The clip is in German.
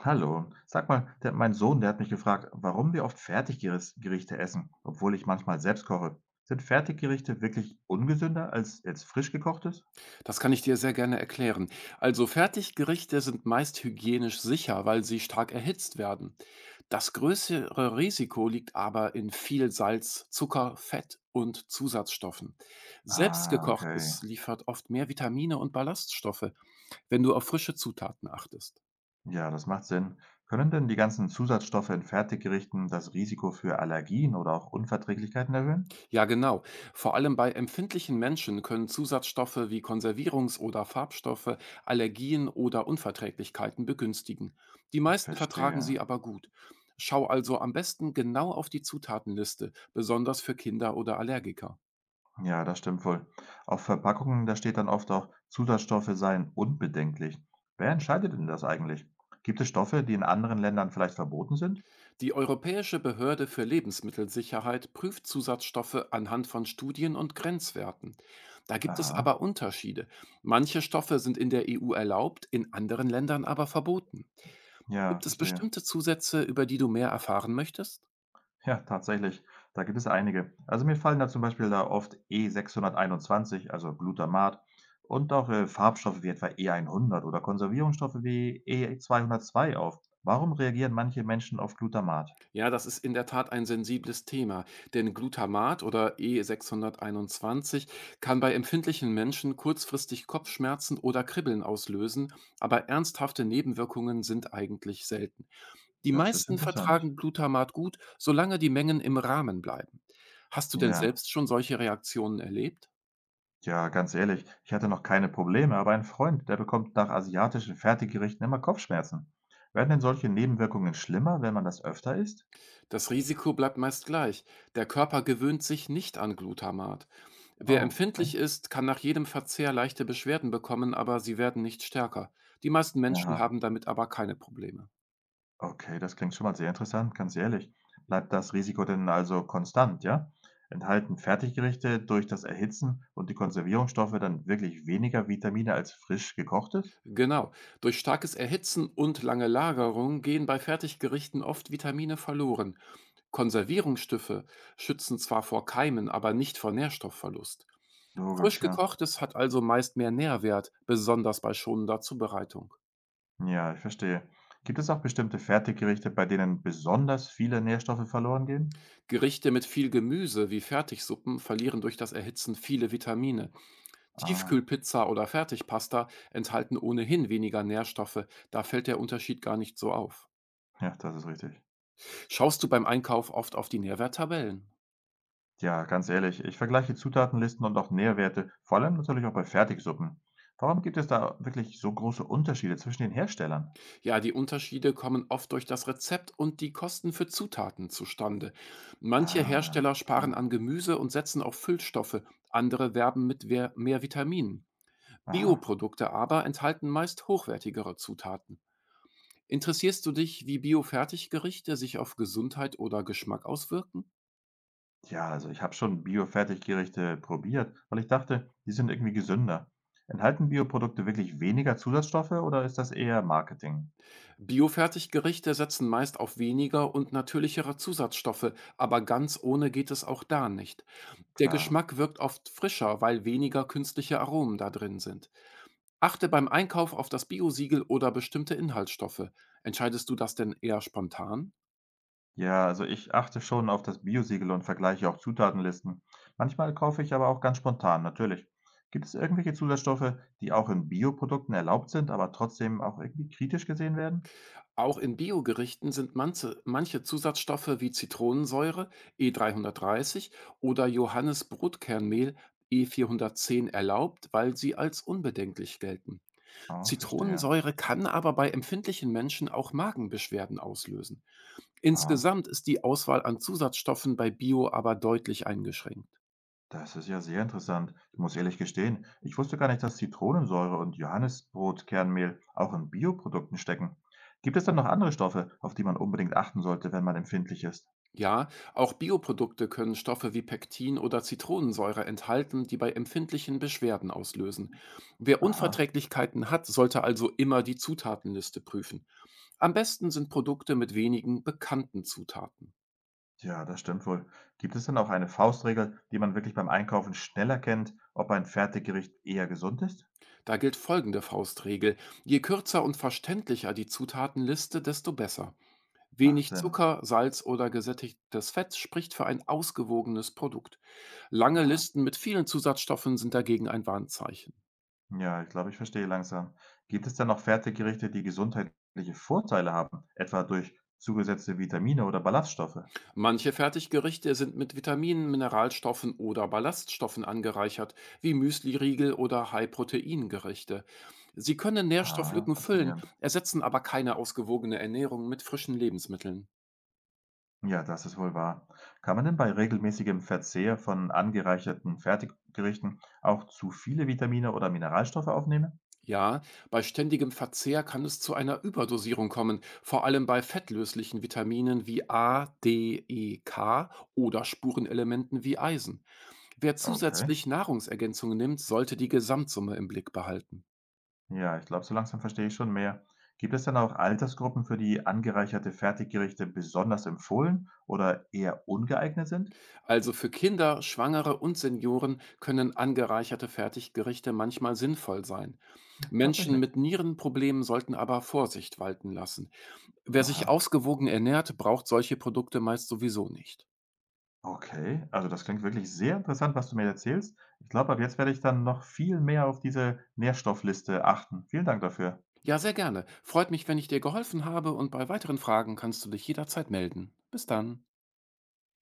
Hallo, sag mal, der, mein Sohn, der hat mich gefragt, warum wir oft Fertiggerichte essen, obwohl ich manchmal selbst koche. Sind Fertiggerichte wirklich ungesünder als jetzt frisch gekochtes? Das kann ich dir sehr gerne erklären. Also Fertiggerichte sind meist hygienisch sicher, weil sie stark erhitzt werden. Das größere Risiko liegt aber in viel Salz, Zucker, Fett und Zusatzstoffen. Ah, okay. Selbstgekochtes liefert oft mehr Vitamine und Ballaststoffe, wenn du auf frische Zutaten achtest. Ja, das macht Sinn. Können denn die ganzen Zusatzstoffe in Fertiggerichten das Risiko für Allergien oder auch Unverträglichkeiten erhöhen? Ja, genau. Vor allem bei empfindlichen Menschen können Zusatzstoffe wie Konservierungs- oder Farbstoffe Allergien oder Unverträglichkeiten begünstigen. Die meisten vertragen Verstehe. sie aber gut. Schau also am besten genau auf die Zutatenliste, besonders für Kinder oder Allergiker. Ja, das stimmt wohl. Auf Verpackungen, da steht dann oft auch, Zusatzstoffe seien unbedenklich. Wer entscheidet denn das eigentlich? Gibt es Stoffe, die in anderen Ländern vielleicht verboten sind? Die Europäische Behörde für Lebensmittelsicherheit prüft Zusatzstoffe anhand von Studien und Grenzwerten. Da gibt es Aha. aber Unterschiede. Manche Stoffe sind in der EU erlaubt, in anderen Ländern aber verboten. Ja, Gibt es verstehe. bestimmte Zusätze, über die du mehr erfahren möchtest? Ja, tatsächlich. Da gibt es einige. Also mir fallen da zum Beispiel da oft E621, also Glutamat, und auch Farbstoffe wie etwa E100 oder Konservierungsstoffe wie E202 auf. Warum reagieren manche Menschen auf Glutamat? Ja, das ist in der Tat ein sensibles Thema, denn Glutamat oder E621 kann bei empfindlichen Menschen kurzfristig Kopfschmerzen oder Kribbeln auslösen, aber ernsthafte Nebenwirkungen sind eigentlich selten. Die Das ist meisten interessant. vertragen Glutamat gut, solange die Mengen im Rahmen bleiben. Hast du denn Ja, selbst schon solche Reaktionen erlebt? ja, ganz ehrlich, ich hatte noch keine Probleme, aber ein Freund, der bekommt nach asiatischen Fertiggerichten immer Kopfschmerzen. Werden denn solche Nebenwirkungen schlimmer, wenn man das öfter isst? Das Risiko bleibt meist gleich. Der Körper gewöhnt sich nicht an Glutamat. Wer Oh, okay. empfindlich ist, kann nach jedem Verzehr leichte Beschwerden bekommen, aber sie werden nicht stärker. Die meisten Menschen Aha. haben damit aber keine Probleme. Okay, das klingt schon mal sehr interessant, ganz ehrlich. Bleibt das Risiko denn also konstant, ja? Enthalten Fertiggerichte durch das Erhitzen und die Konservierungsstoffe dann wirklich weniger Vitamine als frisch gekochtes? Genau, durch starkes Erhitzen und lange Lagerung gehen bei Fertiggerichten oft Vitamine verloren. Konservierungsstoffe schützen zwar vor Keimen, aber nicht vor Nährstoffverlust. Frisch Logisch, ja. gekochtes hat also meist mehr Nährwert, besonders bei schonender Zubereitung. Ja, ich verstehe. Gibt es auch bestimmte Fertiggerichte, bei denen besonders viele Nährstoffe verloren gehen? Gerichte mit viel Gemüse wie Fertigsuppen verlieren durch das Erhitzen viele Vitamine. Ah, Tiefkühlpizza oder Fertigpasta enthalten ohnehin weniger Nährstoffe, da fällt der Unterschied gar nicht so auf. ja, das ist richtig. Schaust du beim Einkauf oft auf die Nährwerttabellen? Ja, ganz ehrlich, ich vergleiche Zutatenlisten und auch Nährwerte, vor allem natürlich auch bei Fertigsuppen. Warum gibt es da wirklich so große Unterschiede zwischen den Herstellern? Ja, die Unterschiede kommen oft durch das Rezept und die Kosten für Zutaten zustande. Manche Ah, Hersteller sparen an klar. Gemüse und setzen auf Füllstoffe, andere werben mit mehr Vitaminen. Aha. Bioprodukte aber enthalten meist hochwertigere Zutaten. Interessierst du dich, wie Biofertiggerichte sich auf Gesundheit oder Geschmack auswirken? Ja, also ich habe schon Bio-Fertiggerichte probiert, weil ich dachte, die sind irgendwie gesünder. Enthalten Bioprodukte wirklich weniger Zusatzstoffe oder ist das eher Marketing? Biofertiggerichte setzen meist auf weniger und natürlichere Zusatzstoffe, aber ganz ohne geht es auch da nicht. Der Klar. Geschmack wirkt oft frischer, weil weniger künstliche Aromen da drin sind. Achte beim Einkauf auf das Biosiegel oder bestimmte Inhaltsstoffe. Entscheidest du das denn eher spontan? Ja, also ich achte schon auf das Biosiegel und vergleiche auch Zutatenlisten. Manchmal kaufe ich aber auch ganz spontan, natürlich. Gibt es irgendwelche Zusatzstoffe, die auch in Bioprodukten erlaubt sind, aber trotzdem auch irgendwie kritisch gesehen werden? Auch in Biogerichten sind manche Zusatzstoffe wie Zitronensäure E330 oder Johannisbrotkernmehl E410 erlaubt, weil sie als unbedenklich gelten. Ah, verstehe. Zitronensäure kann aber bei empfindlichen Menschen auch Magenbeschwerden auslösen. Ah. Insgesamt ist die Auswahl an Zusatzstoffen bei Bio aber deutlich eingeschränkt. Das ist ja sehr interessant. Ich muss ehrlich gestehen, ich wusste gar nicht, dass Zitronensäure und Johannisbrotkernmehl auch in Bioprodukten stecken. Gibt es dann noch andere Stoffe, auf die man unbedingt achten sollte, wenn man empfindlich ist? Ja, auch Bioprodukte können Stoffe wie Pektin oder Zitronensäure enthalten, die bei empfindlichen Beschwerden auslösen. Wer Aha, Unverträglichkeiten hat, sollte also immer die Zutatenliste prüfen. Am besten sind Produkte mit wenigen bekannten Zutaten. ja, das stimmt wohl. Gibt es dann auch eine Faustregel, die man wirklich beim Einkaufen schneller kennt, ob ein Fertiggericht eher gesund ist? Da gilt folgende Faustregel. Je kürzer und verständlicher die Zutatenliste, desto besser. Macht Wenig Sinn. Zucker, Salz oder gesättigtes Fett spricht für ein ausgewogenes Produkt. Lange Aha. Listen mit vielen Zusatzstoffen sind dagegen ein Warnzeichen. Ja, ich glaube, ich verstehe langsam. Gibt es denn noch Fertiggerichte, die gesundheitliche Vorteile haben, etwa durch zugesetzte Vitamine oder Ballaststoffe? Manche Fertiggerichte sind mit Vitaminen, Mineralstoffen oder Ballaststoffen angereichert, wie Müsliriegel oder High-Protein-Gerichte. Sie können Ah, Nährstofflücken füllen, faszinierend. ersetzen aber keine ausgewogene Ernährung mit frischen Lebensmitteln. Ja, das ist wohl wahr. Kann man denn bei regelmäßigem Verzehr von angereicherten Fertiggerichten auch zu viele Vitamine oder Mineralstoffe aufnehmen? Ja, bei ständigem Verzehr kann es zu einer Überdosierung kommen, vor allem bei fettlöslichen Vitaminen wie A, D, E, K oder Spurenelementen wie Eisen. Wer Okay. zusätzlich Nahrungsergänzungen nimmt, sollte die Gesamtsumme im Blick behalten. Ja, ich glaube, so langsam verstehe ich schon mehr. Gibt es denn auch Altersgruppen, für die angereicherte Fertiggerichte besonders empfohlen oder eher ungeeignet sind? Also für Kinder, Schwangere und Senioren können angereicherte Fertiggerichte manchmal sinnvoll sein. Menschen Tatsächlich. mit Nierenproblemen sollten aber Vorsicht walten lassen. Wer sich Aha. ausgewogen ernährt, braucht solche Produkte meist sowieso nicht. Okay, also das klingt wirklich sehr interessant, was du mir erzählst. Ich glaube, ab jetzt werde ich dann noch viel mehr auf diese Nährstoffliste achten. Vielen Dank dafür. Ja, sehr gerne. Freut mich, wenn ich dir geholfen habe und bei weiteren Fragen kannst du dich jederzeit melden. Bis dann.